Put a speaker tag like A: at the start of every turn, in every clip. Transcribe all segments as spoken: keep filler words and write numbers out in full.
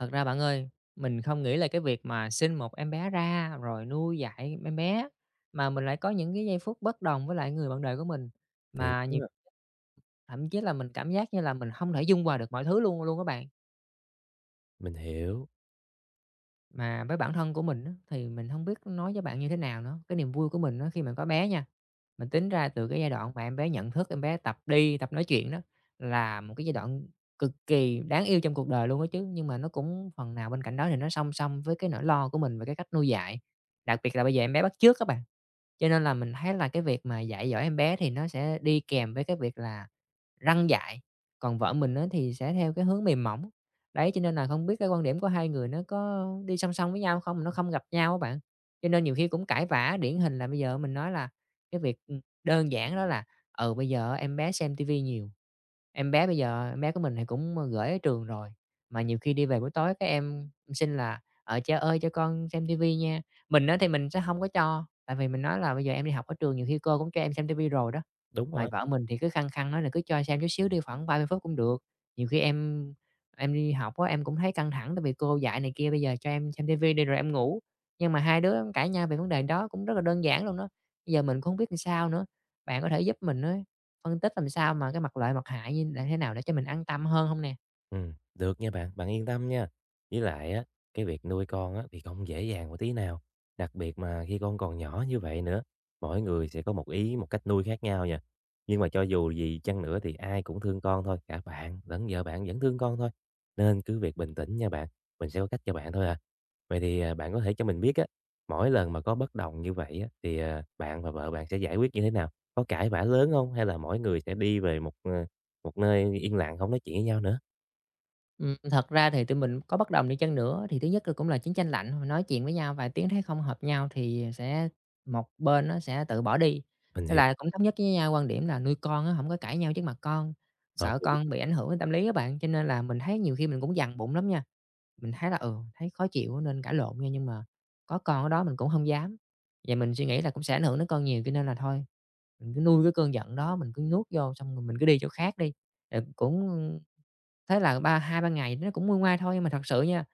A: Thật ra bạn ơi, mình không nghĩ là cái việc mà sinh một em bé ra rồi nuôi dạy em bé, mà mình lại có những cái giây phút bất đồng với lại người bạn đời của mình,
B: Thiệt
A: mà nhiều
B: á,
A: thậm chí là mình cảm giác như là mình không thể dung hòa được mọi thứ luôn luôn các bạn.
B: mình hiểu,
A: Mà với bản thân của mình á, thì mình không biết nói với bạn như thế nào nữa. Cái niềm vui của mình á, khi mà có bé nha, mình tính ra từ cái giai đoạn mà em bé nhận thức, em bé tập đi, tập nói chuyện đó, là một cái giai đoạn cực kỳ đáng yêu trong cuộc đời luôn á chứ. Nhưng mà nó cũng phần nào bên cạnh đó thì nó song song với cái nỗi lo của mình về cái cách nuôi dạy, đặc biệt là bây giờ em bé bắt chước các bạn. Cho nên là mình thấy là cái việc mà dạy dỗ em bé thì nó sẽ đi kèm với cái việc là răn dạy, còn vợ mình á thì sẽ theo cái hướng mềm mỏng. Đấy, cho nên là không biết cái quan điểm của hai người nó có đi song song với nhau không, nó không gặp nhau á bạn. Cho nên nhiều khi cũng cãi vã, điển hình là bây giờ mình nói là cái việc, ừm, đơn giản đó là, ừ, bây giờ em bé xem tivi nhiều, em bé bây giờ em bé của mình thì cũng, gửi ở trường rồi, mà nhiều khi đi về buổi tối các em xin là ở cha ơi cho con xem tivi nha." Mình á thì mình sẽ không có cho. Tại vì mình nói là "Bây giờ em đi học ở trường nhiều khi cô cũng cho em xem ti rồi đó."
B: đúng
A: Mà
B: rồi.
A: vợ mình thì cứ khăng khăng nói là "Cứ cho xem chút xíu đi, khoảng ba mươi phút cũng được." Nhiều khi em em đi học á, em cũng thấy căng thẳng tại vì cô dạy này kia, "Bây giờ cho em xem ti đi rồi em ngủ." Nhưng mà hai đứa cãi nhau về vấn đề đó cũng rất là đơn giản luôn đó. Bây giờ mình cũng hông biết làm sao nữa. Bạn có thể giúp mình á, phân tích làm sao mà cái mặt lợi, mặt hại như là thế nào để cho mình an tâm hơn không nè?
B: Ừm, được nha bạn, bạn yên tâm nha. Với lại á, cái việc nuôi con á thì không dễ dàng một tí nào, đặc biệt mà khi con còn nhỏ như vậy nữa. Mỗi người sẽ có một ý, một cách nuôi khác nhau nha. Nhưng mà cho dù gì chăng nữa thì ai cũng thương con thôi, cả bạn lẫn vợ bạn vẫn thương con thôi. Nên cứ việc bình tĩnh nha bạn, mình sẽ có cách cho bạn thôi à. Vậy thì, à, bạn có thể cho mình biết á, mỗi lần mà có bất đồng như vậy á thì, à, bạn và vợ bạn sẽ giải quyết như thế nào? Có cãi vã lớn không? Hay là mỗi người sẽ đi về một, ờ, một nơi yên lặng không nói chuyện với nhau nữa?
A: Ừm, thật ra thì tụi mình có bất đồng đi chăng nữa thì thứ nhất là cũng là chiến tranh lạnh, nói chuyện với nhau vài tiếng thấy không hợp nhau thì sẽ một bên nó sẽ tự bỏ đi.
B: Mình
A: Với
B: hiểu,
A: lại cũng thống nhất với nhau quan điểm là nuôi con á không có cãi nhau trước mặt con,
B: hợp
A: sợ
B: lý,
A: con bị ảnh hưởng đến tâm lý các bạn, cho nên là mình thấy nhiều khi mình cũng dằn bụng lắm nha. Mình thấy là, ừ, thấy khó chịu nên cãi lộn nha, nhưng mà có con ở đó mình cũng không dám. Và mình suy nghĩ là cũng sẽ ảnh hưởng đến con nhiều cho nên là thôi, mình cứ nuôi cái cơn giận đó, mình cứ nuốt vô xong rồi mình cứ đi chỗ khác đi. Rồi cũng ừ, thế là ba hai ba ngày nó cũng nguôi ngoai thôi, nhưng mà thật sự nha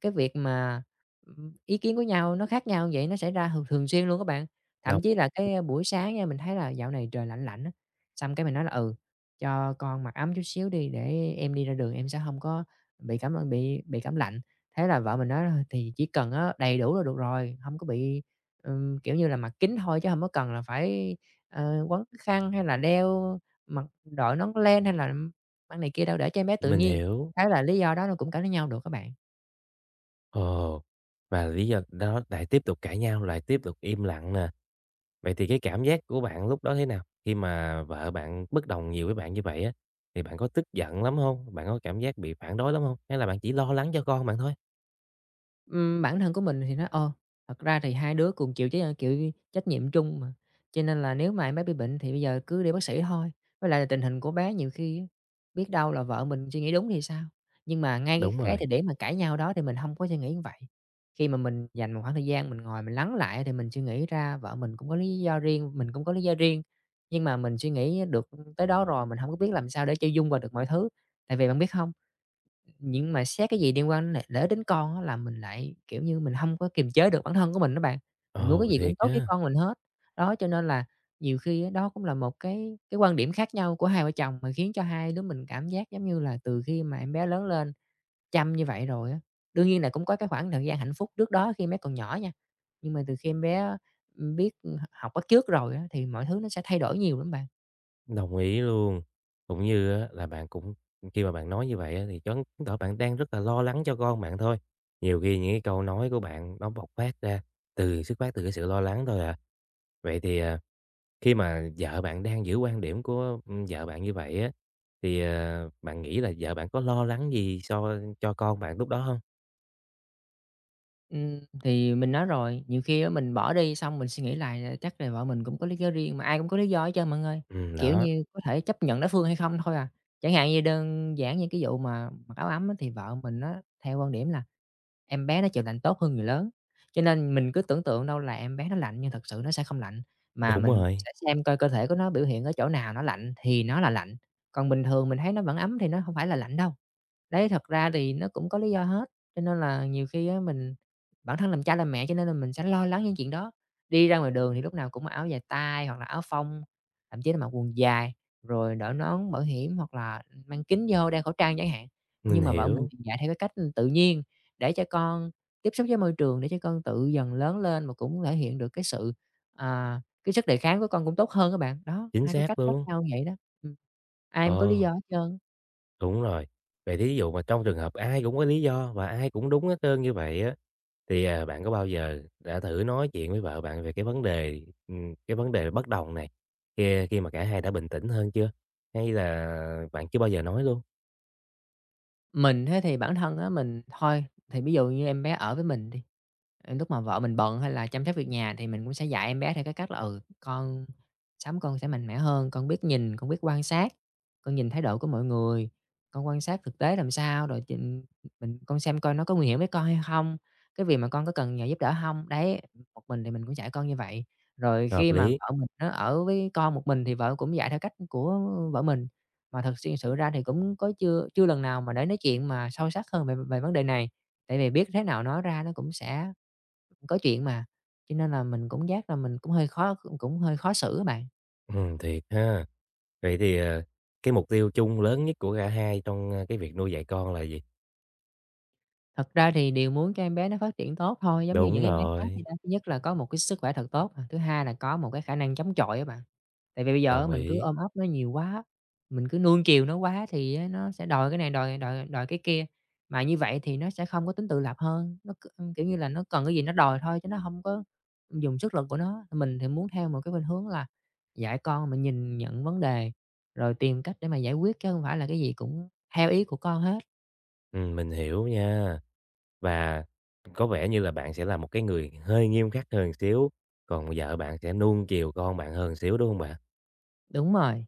A: cái việc mà, ừm, ý kiến của nhau nó khác nhau vậy nó xảy ra thường thường xuyên luôn các bạn. Thậm
B: đâu
A: chí là cái buổi sáng nha, mình thấy là dạo này trời lạnh lạnh á, xong cái mình nói là "Ừ, cho con mặc ấm chút xíu đi để em đi ra đường em sẽ không có bị cảm ơn bị bị cảm lạnh." Thế là vợ mình nói là "Thì chỉ cần á đầy đủ là được rồi, không có bị, ừm, kiểu như là, mặc kín thôi chứ không có cần là phải, ờ, quấn khăn hay là đeo mặc đội nón len hay là, ừm, mang này kia đâu, để cho em bé tự
B: mình
A: nhiên."
B: hiểu.
A: Thế là lý do đó nó cũng cãi với nhau được các bạn.
B: Ồ, và lý do đó lại tiếp tục cãi nhau, lại tiếp tục im lặng nè. Vậy thì cái cảm giác của bạn lúc đó thế nào? Khi mà vợ bạn bất đồng nhiều với bạn như vậy á, thì bạn có tức giận lắm không? Bạn có cảm giác bị phản đối lắm không? Hay là bạn chỉ lo lắng cho con bạn thôi?
A: Ừm, bản thân của mình thì nói, ờ, thật ra thì hai đứa cùng chịu trách chịu trách nhiệm chung mà, cho nên là nếu mà em bé bị bệnh thì bây giờ cứ đi bác sĩ thôi. Với lại là tình hình của bé nhiều khi á, biết đâu là vợ mình suy nghĩ đúng thì sao? Nhưng mà ngay cái
B: Đúng
A: cái thời
B: rồi,
A: điểm mà cãi nhau đó thì mình không có suy nghĩ như vậy. Khi mà mình dành một khoảng thời gian mình ngồi mình lắng lại thì mình suy nghĩ ra vợ mình cũng có lý do riêng, mình cũng có lý do riêng. Nhưng mà mình suy nghĩ được tới đó rồi, mình không có biết làm sao để cho dung vào được mọi thứ. Tại vì bạn biết không nhưng mà xét cái gì liên quan đến lại lợi ích đến con á là mình lại, kiểu như, mình hông có kiềm chế được bản thân của mình đó bạn. Mình muốn cái
B: ồ,
A: gì cũng
B: thiệt
A: tốt với
B: á,
A: con mình hết. Đó, cho nên là nhiều khi á, đó cũng là một cái cái quan điểm khác nhau của hai vợ chồng mà khiến cho hai đứa mình cảm giác giống như là từ khi mà em bé lớn lên chăm như vậy rồi á, đương nhiên là cũng có cái khoảng thời gian hạnh phúc trước đó khi em bé còn nhỏ nha. Nhưng mà từ khi em bé, ừm, biết, ừ, h học bắt chước rồi á, thì mọi thứ nó sẽ thay đổi nhiều lắm bạn.
B: đồng ý luôn. Cũng như á là bạn cũng khi mà bạn nói như vậy á thì chứng tỏ bạn đang rất là lo lắng cho con bạn thôi. Nhiều khi những cái câu nói của bạn nó bộc phát ra từ xuất phát từ cái sự lo lắng thôi à. Vậy thì, à, khi mà vợ bạn đang giữ quan điểm của, ưm, vợ bạn như vậy á, thì, ờ, bạn nghĩ là vợ bạn có lo lắng gì so cho con bạn lúc đó không?
A: Ừm, thì mình nói rồi, nhiều khi á mình bỏ đi xong mình suy nghĩ lại, à, chắc là vợ mình cũng có lý do riêng, mà ai cũng có lý do hết trơn bạn ơi.
B: Ừm,
A: Kiểu
B: đó,
A: như, có thể chấp nhận đối phương hay không thôi à. Chẳng hạn như đơn giản như cái vụ mà mặc áo ấm á, thì vợ mình nó theo quan điểm là em bé nó chịu lạnh tốt hơn người lớn, cho nên mình cứ tưởng tượng đâu là em bé nó lạnh nhưng thật sự nó sẽ không lạnh, mà
B: đúng
A: mình
B: rồi,
A: sẽ xem coi cơ thể của nó biểu hiện ở chỗ nào nó lạnh thì nó là lạnh, còn bình thường mình thấy nó vẫn ấm thì nó không phải là lạnh đâu. Đấy, thật ra thì nó cũng có lý do hết, cho nên là nhiều khi á mình bản thân làm cha làm mẹ cho nên là mình sẽ lo lắng những chuyện đó. Đi ra ngoài đường thì lúc nào cũng mặc áo dài tay hoặc là áo phông, thậm chí là mặc quần dài, rồi đội nón bảo hiểm hoặc là mang kính vô, đeo khẩu trang chẳng hạn.
B: mình
A: Nhưng mà vợ mình
B: hiểu,
A: thì dạy theo cái cách tự nhiên để cho con tiếp xúc với môi trường, để cho con tự dần lớn lên mà cũng thể hiện được cái sự, à, cái sức đề kháng của con cũng tốt hơn các bạn. Đó,
B: chính
A: hai cái cách
B: xác
A: khác
B: luôn.
A: nhau vậy đó. Ừm, ai cũng có lý
B: Ờ,
A: do hết trơn á.
B: đúng rồi. Vậy thí dụ mà trong trường hợp ai cũng có lý do và ai cũng đúng hết trơn như vậy á, thì, à, bạn có bao giờ đã thử nói chuyện với vợ bạn về cái vấn đề, ừm, cái vấn đề bất đồng này, khi khi mà cả hai đã bình tĩnh hơn chưa? Hay là bạn chưa bao giờ nói luôn?
A: Mình thế thì bản thân á, mình thôi thì ví dụ như em bé ở với mình đi, ờ, lúc mà vợ mình bận hay là chăm sóc việc nhà thì mình cũng sẽ dạy em bé theo cái cách là, ừ, "Con sắm con sẽ mạnh mẽ hơn, con biết nhìn, con biết quan sát, con nhìn thái độ của mọi người, con quan sát thực tế làm sao, rồi chừng mình con xem coi nó có nguy hiểm với con hay không, cái việc mà con có cần nhờ giúp đỡ không? Đấy, một mình thì mình cũng dạy con như vậy. Rồi
B: Hợp
A: khi mà
B: lý.
A: vợ mình nó ở với con một mình thì vợ cũng dạy theo cách của vợ mình. Mà thật xuyên sự ra thì cũng có chưa chưa lần nào mà để nói chuyện mà sâu sắc hơn về về vấn đề này, tại vì biết thế nào nói ra nó cũng sẽ có chuyện mà, cho nên là mình cũng giác là mình cũng hơi khó cũng hơi khó xử các bạn.
B: Ừm, thiệt ha. Vậy thì, ờ, cái mục tiêu chung lớn nhất của cả hai trong, a, cái việc nuôi dạy con là gì?
A: Thật ra thì đều muốn cho em bé nó phát triển tốt thôi, giống như
B: Đúng
A: những em bé khác vậy
B: rồi,
A: đó. Thứ nhất là có một cái sức khỏe thật tốt nè, thứ hai là có một cái khả năng chống chọi á bạn. Tại vì bây giờ á
B: đồng
A: mình cứ
B: ý.
A: ôm ấp nó nhiều quá, mình cứ nuông chiều nó quá thì á nó sẽ đòi cái này, đòi đòi đòi cái kia, mà như vậy thì nó sẽ không có tính tự lập hơn, nó c kiểu như là, nó cần cái gì nó đòi thôi chứ nó không có dùng sức lực của nó. Mình thì muốn theo một cái khuynh hướng là dạy con mình nhìn nhận vấn đề, rồi tìm cách để mà giải quyết chứ không phải là cái gì cũng theo ý của con hết.
B: Ừm, mình hiểu nha. Và có vẻ như là bạn sẽ là một cái người hơi nghiêm khắc hơn xíu, còn vợ bạn sẽ nuông chiều con bạn hơn xíu, đúng không bạn?
A: Đúng rồi,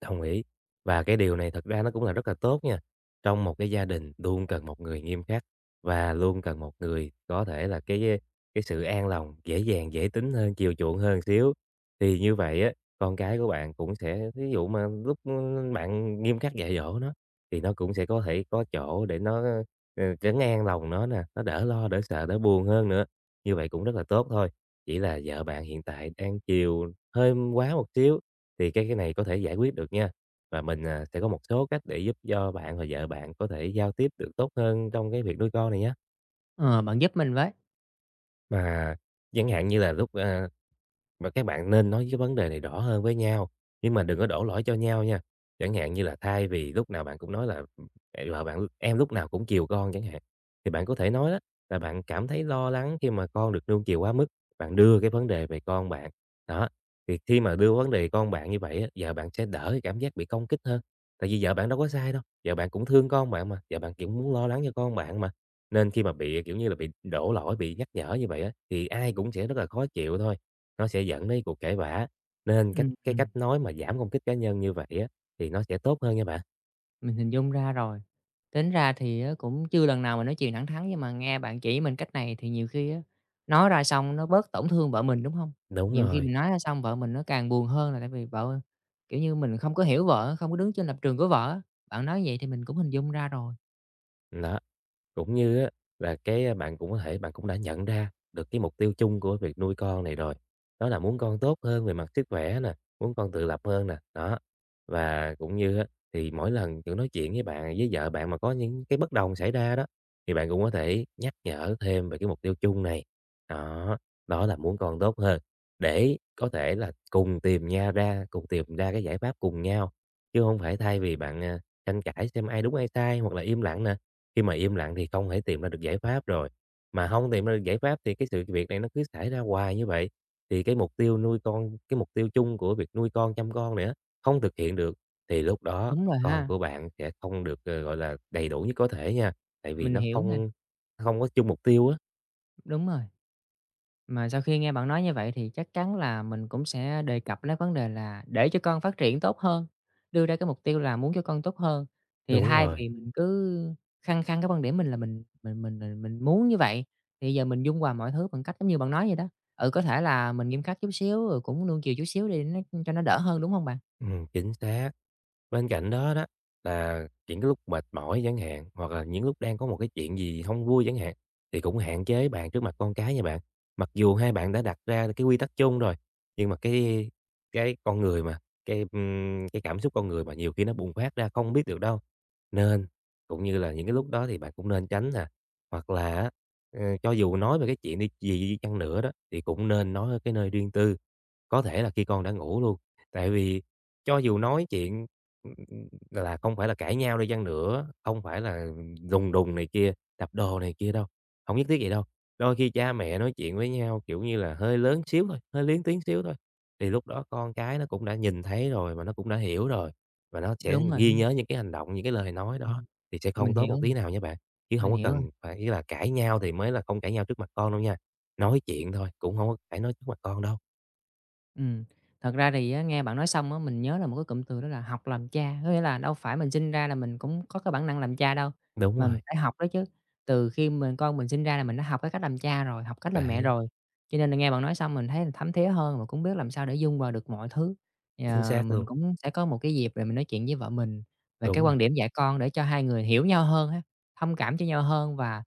B: Đồng ý. Và cái điều này thật ra nó cũng là rất là tốt nha. Trong một cái gia đình luôn cần một người nghiêm khắc và luôn cần một người có thể là cái cái sự an lòng, dễ dàng, dễ tính hơn, chiều chuộng hơn xíu. Thì như vậy á, con cái của bạn cũng sẽ ví dụ mà lúc bạn nghiêm khắc dạy dỗ nó thì nó cũng sẽ có thể có chỗ để nó, ờ, trấn an lòng nó nè, nó đỡ lo, đỡ sợ, đỡ buồn hơn nữa. Như vậy cũng rất là tốt thôi. Chỉ là vợ bạn hiện tại đang chiều hơi quá một xíu thì cái cái này có thể giải quyết được nha, và mình, à, sẽ có một số cách để giúp cho bạn và vợ bạn có thể giao tiếp được tốt hơn trong cái việc nuôi con này nhé.
A: ờ, bạn giúp mình với.
B: Mà chẳng hạn như là lúc, a và các bạn nên nói cái vấn đề này rõ hơn với nhau, nhưng mà đừng có đổ lỗi cho nhau nha. Chẳng hạn như là thay vì lúc nào bạn cũng nói là, "Ê, vợ bạn em lúc nào cũng chiều con" chẳng hạn, thì bạn có thể nói đó là bạn cảm thấy lo lắng khi mà con được nuông chiều quá mức, bạn đưa cái vấn đề về con bạn. Đó, thì khi mà đưa vấn đề con bạn như vậy á, vợ bạn sẽ đỡ cái cảm giác bị công kích hơn, tại vì vợ bạn đâu có sai đâu, vợ bạn cũng thương con bạn mà, vợ bạn cũng muốn lo lắng cho con bạn mà. Nên khi mà bị, kiểu như là, bị đổ lỗi, bị nhắc nhở như vậy á, thì ai cũng sẽ rất là khó chịu thôi. Nó sẽ dẫn đến cuộc cãi vã. Nên cách
A: Ừm,
B: cái
A: ừm,
B: cách nói mà giảm công kích cá nhân như vậy á, thì nó sẽ tốt hơn nha bạn.
A: mình hình dung ra rồi. Tính ra thì á cũng chưa lần nào mình nói chuyện thẳng thắn, nhưng mà nghe bạn chỉ mình cách này thì nhiều khi á, nói ra xong nó bớt tổn thương vợ mình, đúng không?
B: Đúng
A: Nhiều khi
B: rồi.
A: mình nói ra xong vợ mình nó càng buồn hơn là tại vì vợ kiểu như, mình không có hiểu vợ, không có đứng trên lập trường của vợ. Bạn nói vậy thì mình cũng hình dung ra rồi.
B: Đó, cũng như á là cái, a, bạn cũng có thể bạn cũng đã nhận ra được cái mục tiêu chung của việc nuôi con này rồi, đó là muốn con tốt hơn về mặt sức khỏe nè, muốn con tự lập hơn nè, đó. Và cũng như á, thì mỗi lần, kiểu, nói chuyện với bạn, với vợ bạn mà có những cái bất đồng xảy ra đó, thì bạn cũng có thể nhắc nhở thêm về cái mục tiêu chung này, đó, đó là muốn con tốt hơn, để có thể là cùng tìm nha ra cùng tìm ra cái giải pháp cùng nhau, chứ không phải thay vì bạn, à, tranh cãi xem ai đúng ai sai hoặc là im lặng nè, khi mà im lặng thì không thể tìm ra được giải pháp rồi, mà không tìm ra được giải pháp thì cái sự việc này nó cứ xảy ra hoài như vậy, thì cái mục tiêu nuôi con cái mục tiêu chung của việc nuôi con, chăm con nữa không thực hiện được, thì lúc đó
A: Đúng rồi
B: con
A: ha,
B: của bạn sẽ không được, ờ, gọi là, đầy đủ nhất có thể nha, tại vì
A: mình
B: nó
A: hiểu nè,
B: không không có chung mục tiêu á.
A: đúng rồi. Mà sau khi nghe bạn nói như vậy thì chắc chắn là mình cũng sẽ đề cập đến vấn đề là để cho con phát triển tốt hơn, đưa ra cái mục tiêu là muốn cho con tốt hơn. Thì
B: Đúng
A: thay
B: rồi,
A: vì mình cứ khăng khăng cái quan điểm mình là mình mình mình mình mình muốn như vậy, thì giờ mình dung hòa mọi thứ bằng cách giống như bạn nói vậy đó. Ừ, có thể là mình nghiêm khắc chút xíu, rồi cũng nuông chiều chút xíu đi nó cho nó đỡ hơn, đúng không bạn?
B: ừm, chính xác. Bên cạnh đó đó là những cái lúc mệt mỏi chẳng hạn, hoặc là những lúc đang có một cái chuyện gì không vui chẳng hạn, thì cũng hạn chế bàn trước mặt con cái nha bạn. Mặc dù hai bạn đã đặt ra cái quy tắc chung rồi, nhưng mà cái cái con người mà, cái, ưm, cái cảm xúc con người mà nhiều khi nó bùng phát ra không biết được đâu. Nên cũng như là những cái lúc đó thì bạn cũng nên tránh nè, hoặc là á, ờ, cho dù nói về cái chuyện đi gì đi chăng nữa đó, thì cũng nên nói ở cái nơi riêng tư, có thể là khi con đã ngủ luôn. Tại vì cho dù nói chuyện là không phải là cãi nhau đi chăng nữa, không phải là đùng đùng này kia, đập đồ này kia đâu, không nhất thiết vậy đâu. Đôi khi cha mẹ nói chuyện với nhau, kiểu như là, hơi lớn xíu thôi, hơi lén tiếng xíu thôi, thì lúc đó con cái nó cũng đã nhìn thấy rồi mà nó cũng đã hiểu rồi, và nó sẽ
A: Đúng
B: ghi
A: rồi,
B: nhớ những cái hành động, những cái lời nói đó
A: ừm,
B: thì sẽ
A: mình
B: không tốt
A: hiểu
B: một tí
A: rồi,
B: nào nha bạn. Chứ
A: mình
B: không có
A: hiểu rồi.
B: cần phải ý là cãi nhau thì mới là không cãi nhau trước mặt con đâu nha, nói chuyện thôi, cũng không có phải nói trước mặt con đâu.
A: Ừm, thật ra thì á, nghe bạn nói xong á, mình nhớ là một cái cụm từ đó là "học làm cha", có nghĩa là đâu phải mình sinh ra là mình cũng có cái bản năng làm cha đâu,
B: Đúng
A: mà mình
B: rồi,
A: phải học đó chứ. Từ khi mình con mình sinh ra là mình đã học cái cách làm cha rồi, học cách làm mẹ
B: đấy,
A: rồi, cho nên là nghe bạn nói xong mình thấy là thấm thía hơn và cũng biết làm sao để dung vào được mọi thứ.
B: chính
A: Ờ,
B: xác
A: mình
B: luôn,
A: cũng sẽ có một cái dịp để mình nói chuyện với vợ mình về cái
B: đúng rồi,
A: quan điểm dạy con để cho hai người hiểu nhau hơn ha, thông cảm cho nhau hơn và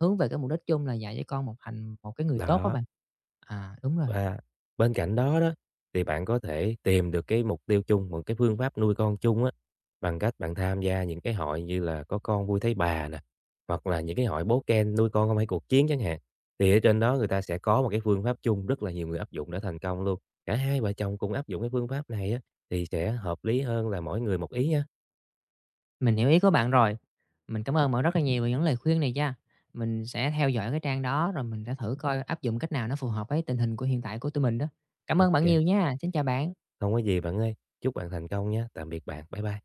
A: hướng về cái mục đích chung là dạy cho con một thành một cái người tốt đó
B: đó.
A: bạn. À, đúng rồi.
B: Và bên cạnh đó đó, thì bạn có thể tìm được cái mục tiêu chung, một cái phương pháp nuôi con chung á, bằng cách bạn tham gia những cái hội như là Có Con Vui Thấy Bà nè, hoặc là những cái hội Bố ken Nuôi Con Không Hay Cuộc Chiến chẳng hạn. Thì ở trên đó người ta sẽ có một cái phương pháp chung rất là nhiều người áp dụng đã thành công luôn. Cả hai vợ chồng cùng áp dụng cái phương pháp này á, thì sẽ hợp lý hơn là mỗi người một ý nha.
A: Mình hiểu ý của bạn rồi. Mình cảm ơn bạn rất là nhiều về những lời khuyên này nha. Mình sẽ theo dõi cái trang đó rồi mình sẽ thử coi áp dụng cách nào nó phù hợp với tình hình của hiện tại của tụi mình đó. Cảm ơn bạn
B: OK,
A: nhiều nha. Xin chào bạn.
B: không có gì bạn ơi. Chúc bạn thành công nha. Tạm biệt bạn. Bye bye.